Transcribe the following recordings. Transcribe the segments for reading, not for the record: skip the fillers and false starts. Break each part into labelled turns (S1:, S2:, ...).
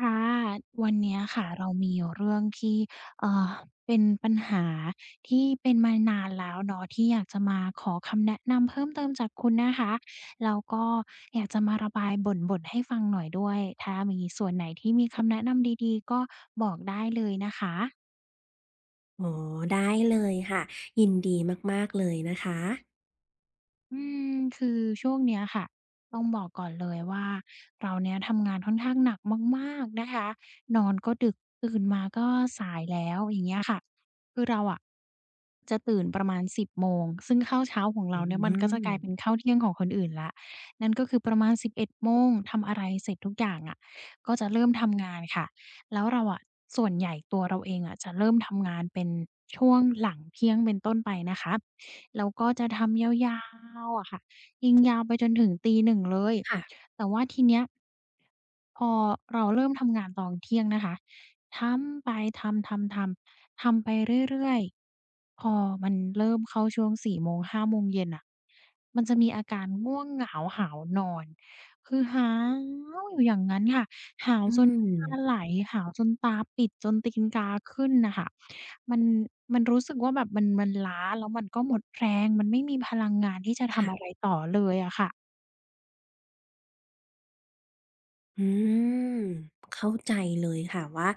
S1: ค่ะวันเนี้ยค่ะเรามีเรื่องที่เอ่อเป็นปัญหาที่เป็นมานานแล้วเนาะที่อยากจะมาขอคำแนะนำเพิ่มเติมจากคุณนะคะแล้วก็อยากจะมาระบายบ่นๆให้ฟังหน่อยด้วยถ้ามีส่วนไหนที่มีคำแนะนำดีๆก็บอกได้เลยนะคะ
S2: อ๋อได้เลยค่ะยินดีมากๆเลยนะคะ
S1: อืมคือช่วงเนี้ยค่ะต้องบอกก่อนเลยว่าเราเนี่ยทำงานค่อนข้างหนักมากๆนะคะนอนก็ดึกตื่นมาก็สายแล้วอย่างเงี้ยค่ะคือเราอะจะตื่นประมาณ10โมงซึ่งข้าวเช้าของ
S2: อื
S1: เราเนี่ยมันก็จะกลายเป็น
S2: ม
S1: ข้าวเที่ยงของคนอื่นแล้วนั่นก็คือประมาณ11โมงทำอะไรเสร็จทุกอย่างอะก็จะเริ่มทำงานค่ะแล้วเราอะส่วนใหญ่ตัวเราเองอะจะเริ่มทำงานเป็นช่วงหลังเที่ยงเป็นต้นไปนะคะ แล้วก็จะทำยาวๆอะค่ะยิงยาวไปจนถึงตีหนึ่งเลย
S2: ค่ะ
S1: แต่ว่าทีเนี้ยพอเราเริ่มทำงานตอนเที่ยงนะคะทำไปทำๆๆทำไปเรื่อยๆพอมันเริ่มเข้าช่วง4โมง5โมงเย็นน่ะมันจะมีอาการง่วงเหงาหาวนอนคือหาวอยู่อย่างงั้นค่ะ หาว
S2: อื
S1: จนน้ำตา
S2: ม
S1: ไหลหาวจนตาปิดจนตีนกาขึ้นน่ะค่ะมันมันรู้สึกว่าแบบมันล้าแล้วมันก็หมดแรงมันไม่มีพลังงานที่จะทำอะไร
S2: ค่ะ
S1: ต่อเลยอะค่ะ
S2: อืมเข้าใจเลยค่ะว่า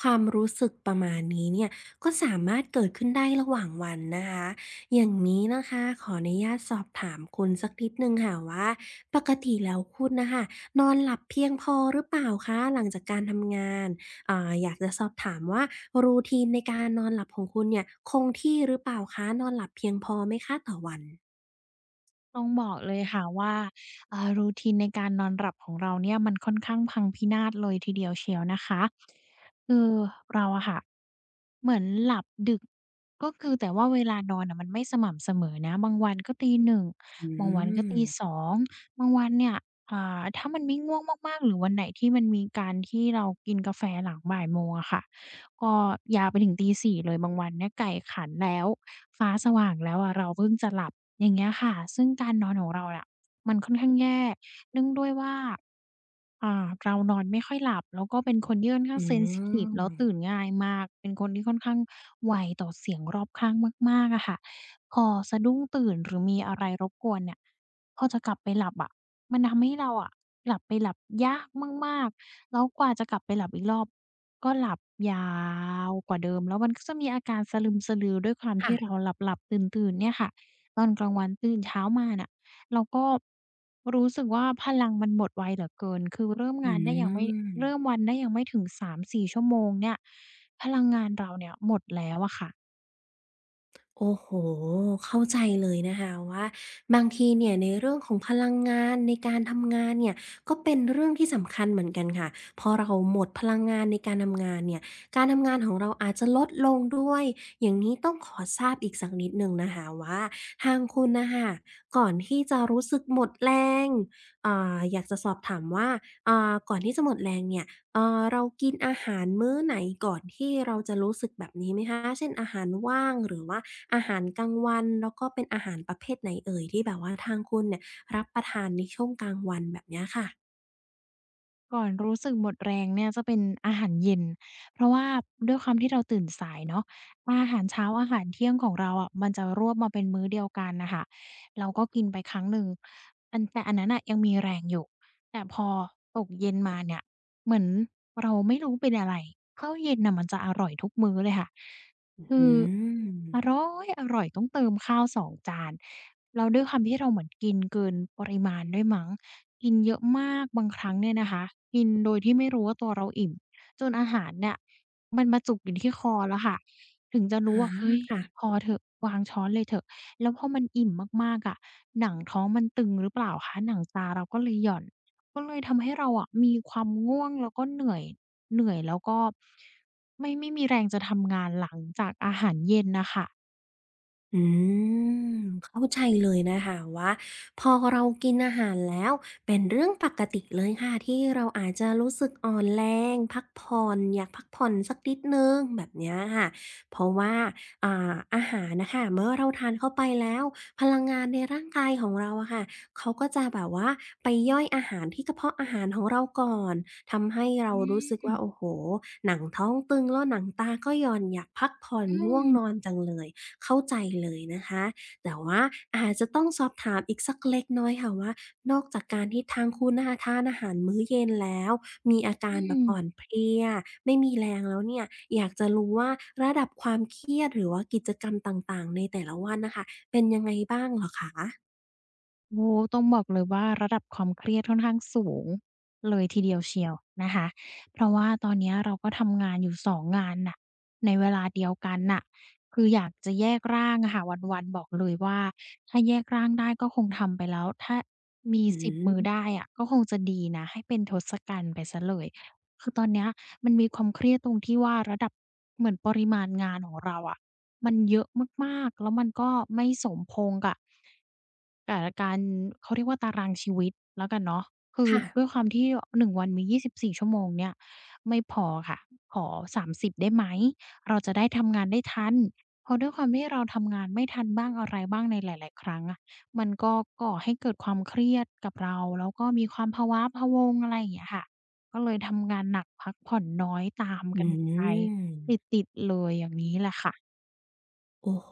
S2: ความรู้สึกประมาณนี้เนี่ยก็สามารถเกิดขึ้นได้ระหว่างวันนะคะอย่างนี้นะคะขออนุญาตสอบถามคุณสักนิดหนึ่งค่ะว่าปกติแล้วคุณนะคะนอนหลับเพียงพอหรือเปล่าคะหลังจากการทำงานอยากจะสอบถามว่ารูทีนในการนอนหลับของคุณเนี่ยคงที่หรือเปล่าคะนอนหลับเพียงพอไหมคะต่อวัน
S1: ต้องบอกเลยค่ะว่าroutine ในการนอนหลับของเราเนี่ยมันค่อนข้างพังพินาศเลยทีเดียวเชียวนะคะคือเราอะค่ะ เหมือนหลับดึกก็คือแต่ว่าเวลานอนน่ะมันไม่สม่ำเสมอนะบางวันก็ตี1
S2: อื
S1: บางวันก็
S2: ม
S1: ตี2บางวันเนี่ยถ้ามันไม่ง่วงมากๆหรือวันไหนที่มันมีการที่เรากินกาแฟหลังบ่ายโมงอะค่ะก็ยาวไปถึงตีสี่เลยบางวันเนี่ยไก่ขันแล้วฟ้าสว่างแล้วอะเราเพิ่งจะหลับอย่างเงี้ยค่ะซึ่งการนอนของเราอ่ะมันค่อนข้างแย่เนื่องด้วยว่า เรานอนไม่ค่อยหลับแล้วก็เป็นคนที่ค่อนข้า
S2: อื
S1: งเซนซิทิฟแล้ว
S2: ม
S1: ตื่นง่ายมากเป็นคนที่ค่อนข้างไวต่อเสียงรอบข้างมากๆอะค่ะพอสะดุ้งตื่นหรือมีอะไรรบกวนเนี่ยพอจะกลับไปหลับอะมันทำให้เราอะหลับไปหลับยากมากๆแล้วกว่าจะกลับไปหลับอีกรอบก็หลับยาวกว่าเดิมแล้วมันก็จะมีอาการสะลึมสะลือด้วยความที่เรา
S2: ค่ะ
S1: หลับๆตื่นๆเนี่ยค่ะตอนกลางวันตื่นเช้ามาน่ะ แล้วก็รู้สึกว่าพลังมันหมดไวเหลือเกิน คือเริ่ม
S2: อื
S1: งานได้ยังไม่
S2: ม
S1: เริ่มวันได้ยังไม่ถึง3-4ชั่วโมงเนี่ยพลังงานเราเนี่ยหมดแล้วอะค่ะ
S2: โอ้โห เข้าใจเลยนะคะว่าบางทีเนี่ยในเรื่องของพลังงานในการทำงานเนี่ยก็เป็นเรื่องที่สำคัญเหมือนกันค่ะพอเราหมดพลังงานในการทำงานเนี่ยการทำงานของเราอาจจะลดลงด้วยอย่างนี้ต้องขอทราบอีกสักนิดหนึ่งนะคะว่าทางคุณนะคะก่อนที่จะรู้สึกหมดแรงอยากจะสอบถามว่าก่อนที่จะหมดแรงเนี่ย เรากินอาหารมื้อไหนก่อนที่เราจะรู้สึกแบบนี้ไหมคะเช่นอาหารว่างหรือว่าอาหารกลางวันแล้วก็เป็นอาหารประเภทไหนเอ่ยที่แบบว่าทางคุณเนี่ยรับประทานในช่วงกลางวันแบบเนี้ยค่ะ
S1: ก่อนรู้สึกหมดแรงเนี่ยจะเป็นอาหารเย็นเพราะว่าด้วยความที่เราตื่นสายเนาะอาหารเช้าอาหารเที่ยงของเราอะมันจะรวบมาเป็นมื้อเดียวกันน่ะค่ะเราก็กินไปครั้งหนึ่งอันแต่อันนั้นน่ะยังมีแรงอยู่แต่พอตกเย็นมาเนี่ยเหมือนเราไม่รู้เป็นอะไรข้าวเย็นน่ะมันจะอร่อยทุกมื้อเลยค่ะ
S2: อ
S1: คือ
S2: ืม
S1: อร้อยอร่อยต้องเติมข้าว2จานแล้วด้วยความที่เราเหมือนกินเกินปริมาณด้วยมั้งกินเยอะมากบางครั้งเนี่ยนะคะกินโดยที่ไม่รู้ว่าตัวเราอิ่มจนอาหารเนี่ยมันมาจุกอยู่ที่คอแล้วค่ะถึงจะ
S2: อ
S1: รู้
S2: ฮือ
S1: ว่า
S2: อ
S1: เฮ้
S2: า
S1: ยพ
S2: ค่ะ
S1: อเถอะวางช้อนเลยเถอะแล้วพอมันอิ่มมากๆอะหนังท้องมันตึงหรือเปล่าคะหนังตาเราก็เลยหย่อนก็เลยทำให้เราอะมีความง่วงแล้วก็เหนื่อย เหนื่อยแล้วก็ไม่มีแรงจะทำงานหลังจากอาหารเย็นน่ะค่ะ
S2: อืมเข้าใจเลยนะคะว่าพอเรากินอาหารแล้วเป็นเรื่องปกติเลยค่ะที่เราอาจจะรู้สึกอ่อนแรงพักผ่อนอยากพักผ่อนสักนิดหนึ่งแบบเนี้ยค่ะเพราะว่าอาหารน่ะค่ะเมื่อเราทานเข้าไปแล้วพลังงานในร่างกายของเราอะค่ะเขาก็จะแบบว่าไปย่อยอาหารที่กระเพาะอาหารของเราก่อนทำให้เรา
S1: อื
S2: รู้สึกว่าโอ้
S1: ม
S2: โฮหนังท้องตึงแล้วหนังตาก็หย่อนอยากพักผ่อน
S1: อื
S2: ง่ว
S1: ม
S2: งนอนจังเลย เข้าใจเลยนะคะ แต่ว่าอาจจะต้องสอบถามอีกสักเล็กน้อยค่ะว่านอกจากการที่ทางคุณนะคะทานอาหารมื้อเย็นแล้วมีอากา
S1: อื
S2: รแบบ
S1: ม
S2: อ่อนเพลียไม่มีแรงแล้วเนี่ยอยากจะรู้ว่าระดับความเครียดหรือว่ากิจกรรมต่างๆในแต่ละวันน่ะค่ะเป็นยังไงบ้างเหรอคะ
S1: โอ้ต้องบอกเลยว่าระดับความเครียดค่อนข้างสูงเลยทีเดียวเชียวนะคะเพราะว่าตอนเนี้ยเราก็ทำงานอยู่สองงานน่ะในเวลาเดียวกันน่ะคืออยากจะแยกร่างอะค่ะวันๆบอกเลยว่าถ้าแยกร่างได้ก็คงทำไปแล้วถ้ามี
S2: อื
S1: สิบมือ
S2: ม
S1: ได้อะก็คงจะดีนะให้เป็นทศกัณฐ์ไปเสียเลยคือตอนเนี้ยมันมีความเครียดตรงที่ว่าระดับเหมือนปริมาณงานของเราอะมันเยอะมากๆแล้วมันก็ไม่สมพงษ์กับ แต่การเขาเรียกว่าตารางชีวิตแล้วกันเนาะคือ
S2: ค่ะ
S1: ด้วยความที่หนึ่งวันมี24ชั่วโมงเนี่ยไม่พอค่ะขอ30ได้ไหมเราจะได้ทำงานได้ทันเพราะด้วยความที่เราทำงานไม่ทันบ้างอะไรบ้างในหลายๆครั้งอะมันก็ก่อให้เกิดความเครียดกับเราแล้วก็มีความพะว้าพะวังอะไรอย่างเงี้ยค่ะก็เลยทำงานหนักพักผ่อนน้อยตาม
S2: อื
S1: กันไป
S2: ม
S1: ติดๆเลยอย่างนี้แหละค่ะ
S2: โอ้โฮ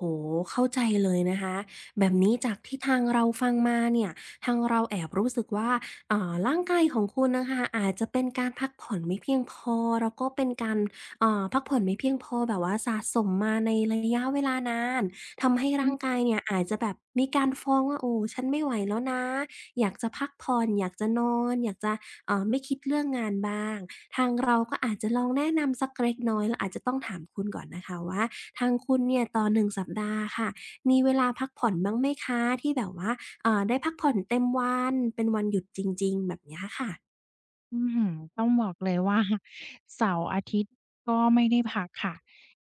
S2: เข้าใจเลยนะคะ แบบนี้จากที่ทางเราฟังมาเนี่ยทางเราแอบรู้สึกว่าร่างกายของคุณน่ะค่ะอาจจะเป็นการพักผ่อนไม่เพียงพอ แล้วก็เป็นการพักผ่อนไม่เพียงพอแบบว่าสะสมมาในระยะเวลานานทำให้ร่างกายเนี่ยอาจจะแบบมีการฟ้องว่าโอ้ฉันไม่ไหวแล้วนะอยากจะพักผ่อนอยากจะนอนอยากจะไม่คิดเรื่องงานบ้างทางเราก็อาจจะลองแนะนำสักเล็กน้อยเราอาจจะต้องถามคุณก่อนนะคะว่า ทางคุณเนี่ยต่อหนึ่งสัปดาห์ค่ะมีเวลาพักผ่อนบ้างไหมคะที่แบบว่าได้พักผ่อนเต็มวันเป็นวันหยุดจริงๆแบบเนี้ยค่ะ
S1: อื้อฮือต้องบอกเลยว่า เสาร์อาทิตย์ก็ไม่ได้พักค่ะ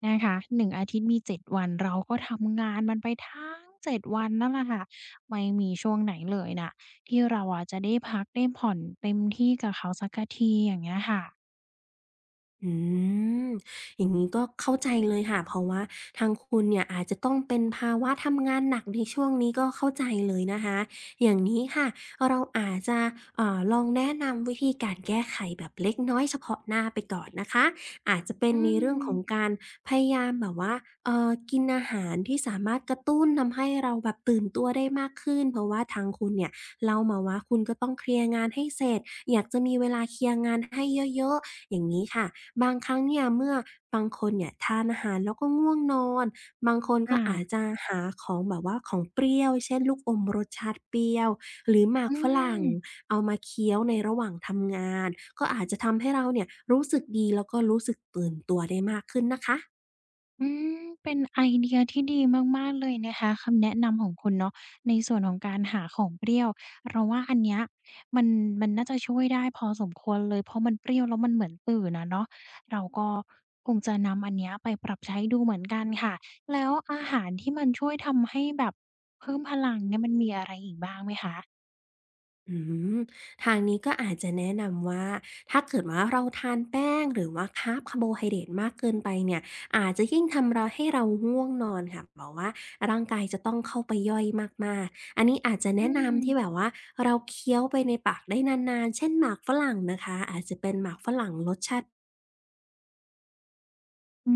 S1: นะคะหนึ่งอาทิตย์มีเจ็ดวันเราก็ทำงานมันไปทั้งเจ็ดวันนั่นแหละค่ะไม่มีช่วงไหนเลยน่ะที่เราอะจะได้พักได้ผ่อนเต็มที่กับเขาสักทีอย่างเงี้ยค่ะ
S2: อืมอย่างนี้ก็เข้าใจเลยค่ะเพราะว่าทางคุณเนี่ยอาจจะต้องเป็นภาวะทำงานหนักในช่วงนี้ก็เข้าใจเลยนะคะอย่างนี้ค่ะเราอาจจะลองแนะนำวิธีการแก้ไขแบบเล็กน้อยเฉพาะหน้าไปก่อนนะคะอาจจะเป็น
S1: อื
S2: ในเรื่องของ
S1: ม
S2: การพยายามแบบว่ากินอาหารที่สามารถกระตุ้นทำให้เราแบบตื่นตัวได้มากขึ้นเพราะว่าทางคุณเนี่ย เล่ามาว่าคุณก็ต้องเคลียร์งานให้เสร็จอยากจะมีเวลาเคลียร์งานให้เยอะๆอย่างนี้ค่ะบางครั้งเนี่ยเมื่อบางคนเนี่ยทานอาหารแล้วก็ง่วงนอน บางคน
S1: ค
S2: ก็อาจ
S1: ่ะ
S2: จะหาของแบบว่าของเปรี้ยวเช่นลูกอมรสชาติเปรี้ยวหรือหมาก
S1: อื
S2: ฝรั่ง
S1: ม
S2: เอามาเคี้ยวในระหว่างทำงานก็อาจจะทำให้เราเนี่ยรู้สึกดีแล้วก็รู้สึกตื่นตัวได้มากขึ้นนะคะ
S1: อืมเป็นไอเดียที่ดีมากๆเลยนะคะคำแนะนำของคุณเนาะในส่วนของการหาของเปรี้ยวเราว่าอันเนี้ยมันมันน่าจะช่วยได้พอสมควรเลยเพราะมันเปรี้ยวแล้วมันเหมือนตื่นอะเนาะเราก็คงจะนำอันเนี้ยไปปรับใช้ดูเหมือนกันค่ะแล้วอาหารที่มันช่วยทำให้แบบเพิ่มพลังเนี่ยมันมีอะไรอีกบ้างไหมคะ
S2: อืมทางนี้ก็อาจจะแนะนำว่าถ้าเกิดว่าเราทานแป้งหรือว่าคาร์บคาร์โบไฮเดรตมากเกินไปเนี่ยอาจจะยิ่งทำเราให้เราง่วงนอนค่ะแบบว่าร่างกายจะต้องเข้าไปย่อยมากๆอันนี้อาจจะ
S1: อื
S2: แนะนำ
S1: ม
S2: ที่แบบว่าเราเคี้ยวไปในปากได้นานๆเช่นหมากฝรั่งนะคะอาจจะเป็นหมากฝรั่งรสชาติ
S1: อื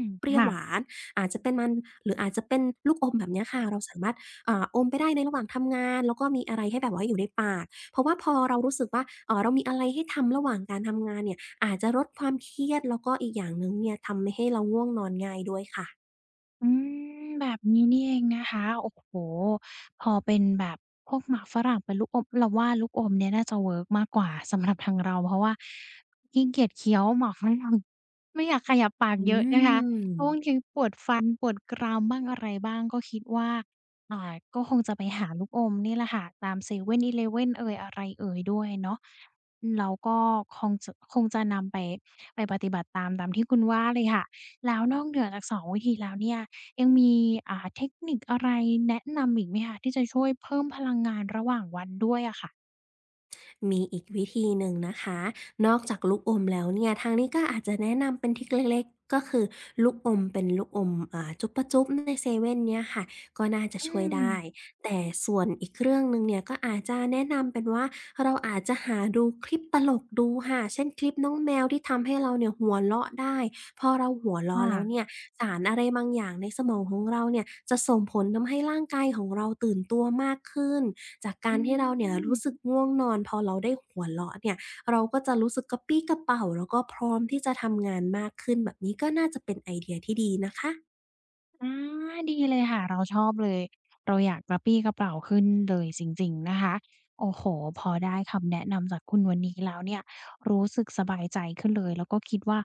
S1: ม
S2: เปรี้ยว
S1: ค่ะ
S2: หวานอาจจะเป็นมันหรืออาจจะเป็นลูกอมแบบเนี้ยค่ะเราสามารถอมไปได้ในระหว่างทำงานแล้วก็มีอะไรให้แบบว่าอยู่ในปากเพราะว่าพอเรารู้สึกว่าเรามีอะไรให้ทำระหว่างการทำงานเนี่ยอาจจะลดความเครียดแล้วก็อีกอย่างหนึ่งเนี่ยทำให้เราง่วงนอนง่ายด้วยค่ะ
S1: อืมแบบนี้นี่เองนะคะโอ้โฮพอเป็นแบบพวกหมากฝรั่งเป็นลูกอมเราว่าลูกอมเนี่ยน่าจะเวิร์กมากกว่าสำหรับทางเราเพราะว่าขี้เกียจเคี้ยวหมากฝรั่งไม่อยากขยับปาก
S2: อื
S1: เยอะนะคะเพราะบาง
S2: ม
S1: ทีปวดฟันปวดกรามบ้างอะไรบ้างก็คิดว่าก็คงจะไปหาลูกอมนี่แหละค่ะตามเซเว่นอีเลฟเว่นเอยอะไรเอยด้วยเนาะแล้วก็คงจะนำไปปฏิบัติตามที่คุณว่าเลยค่ะแล้วนอกเหนือจากสองวิธีแล้วเนี่ย ยังมีเทคนิคอะไรแนะนำอีกไหมคะที่จะช่วยเพิ่มพลังงานระหว่างวันด้วยอะค่ะ
S2: มีอีกวิธีหนึ่งนะคะ นอกจากลูกอมแล้วเนี่ยทางนี้ก็อาจจะแนะนำเป็นทริกเล็กๆก็คือลูกอมเป็นลูกอมจุ๊ปะจุ๊บในเซเว่นเนี่ยค่ะก็น่าจะ
S1: อื
S2: ช่วย
S1: ม
S2: ได้แต่ส่วนอีกเรื่องหนึ่งเนี่ยก็อาจจะแนะนำเป็นว่าเราอาจจะหาดูคลิปตลกดูค่ะเช่นคลิปน้องแมวที่ทำให้เราเนี่ยหัวเราะได้พอเราหัวเราะแล้ว
S1: ค่ะ
S2: เนี่ยสารอะไรบางอย่างในสมองของเราเนี่ยจะส่งผลทำให้ร่างกายของเราตื่นตัวมากขึ้น จากกา
S1: อื
S2: รที่เราเนี่ย
S1: ม
S2: รู้สึกง่วงนอนพอเราได้หัวเราะเนี่ยเราก็จะรู้สึกกระปรี้กระเปร่าแล้วก็พร้อมที่จะทำงานมากขึ้นแบบนี้ก็น่าจะเป็นไอเดียที่ดีนะคะ
S1: อาดีเลยค่ะเราชอบเลยเราอยากกระปรี้กระเปร่าขึ้นเลยจริงๆนะคะโอ้โฮพอได้คำแนะนำจากคุณวันนี้แล้วเนี่ยรู้สึกสบายใจขึ้นเลยแล้วก็คิดว่า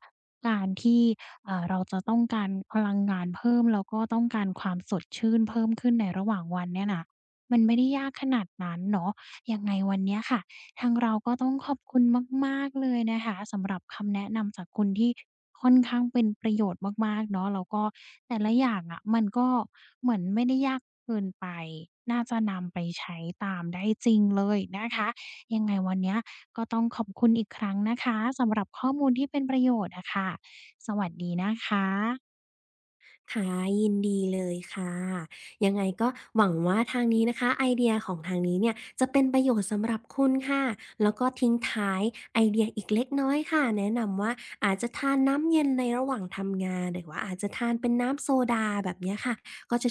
S1: การที่เราจะต้องการพลังงานเพิ่มแล้วก็ต้องการความสดชื่นเพิ่มขึ้นในระหว่างวันเนี่ยน่ะมันไม่ได้ยากขนาดนั้นเนาะยังไงวันเนี้ยค่ะ ทางเราก็ต้องขอบคุณมากๆเลยนะคะสำหรับคำแนะนำจากคุณที่ค่อนข้างเป็นประโยชน์มากๆเนาะแล้วก็แต่ละอย่างอะมันก็เหมือนไม่ได้ยากเกินไปน่าจะนำไปใช้ตามได้จริงเลยนะคะยังไงวันเนี้ยก็ต้องขอบคุณอีกครั้งนะคะสำหรับข้อมูลที่เป็นประโยชน์อะค่ะสวัสดีนะคะ
S2: ค่ะยินดีเลยค่ะยังไงก็หวังว่าทางนี้นะคะไอเดียของทางนี้เนี่ยจะเป็นประโยชน์สำหรับคุณค่ะแล้วก็ทิ้งท้ายไอเดียอีกเล็กน้อยค่ะแนะนำว่าอาจจะทานน้ำเย็นในระหว่างทำงานหรือว่าอาจจะทานเป็นน้ำโซดาแบบเนี้ยค่ะ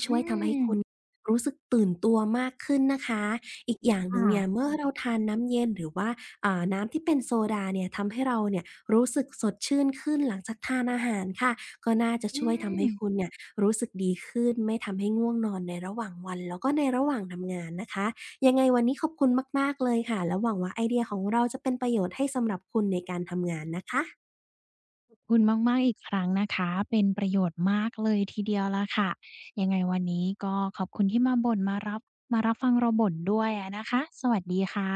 S1: อืม
S2: รู้สึกตื่นตัวมากขึ้นนะคะอีกอย่างหนึ่ง
S1: ค่ะ
S2: เนี่ยเมื่อเราทานน้ำเย็นหรือว่าน้ำที่เป็นโซดาเนี่ยทำให้เราเนี่ยรู้สึกสดชื่นขึ้นหลังจากทานอาหารค่ะก็น่าจะ
S1: อื
S2: ช่วยทำ
S1: ม
S2: ให้คุณเนี่ยรู้สึกดีขึ้นไม่ทำให้ง่วงนอนในระหว่างวันแล้วก็ในระหว่างทำงานนะคะยังไงวันนี้ขอบคุณมากๆเลยค่ะแล้วหวังว่าไอเดียของเราจะเป็นประโยชน์ให้สำหรับคุณในการทำงานนะคะ
S1: คุณมากๆอีกครั้งนะคะเป็นประโยชน์มากเลยทีเดียวล่ะค่ะยังไงวันนี้ก็ขอบคุณที่มาบ่นมารับฟังเราบ่นด้วยอะนะคะสวัสดีค่ะ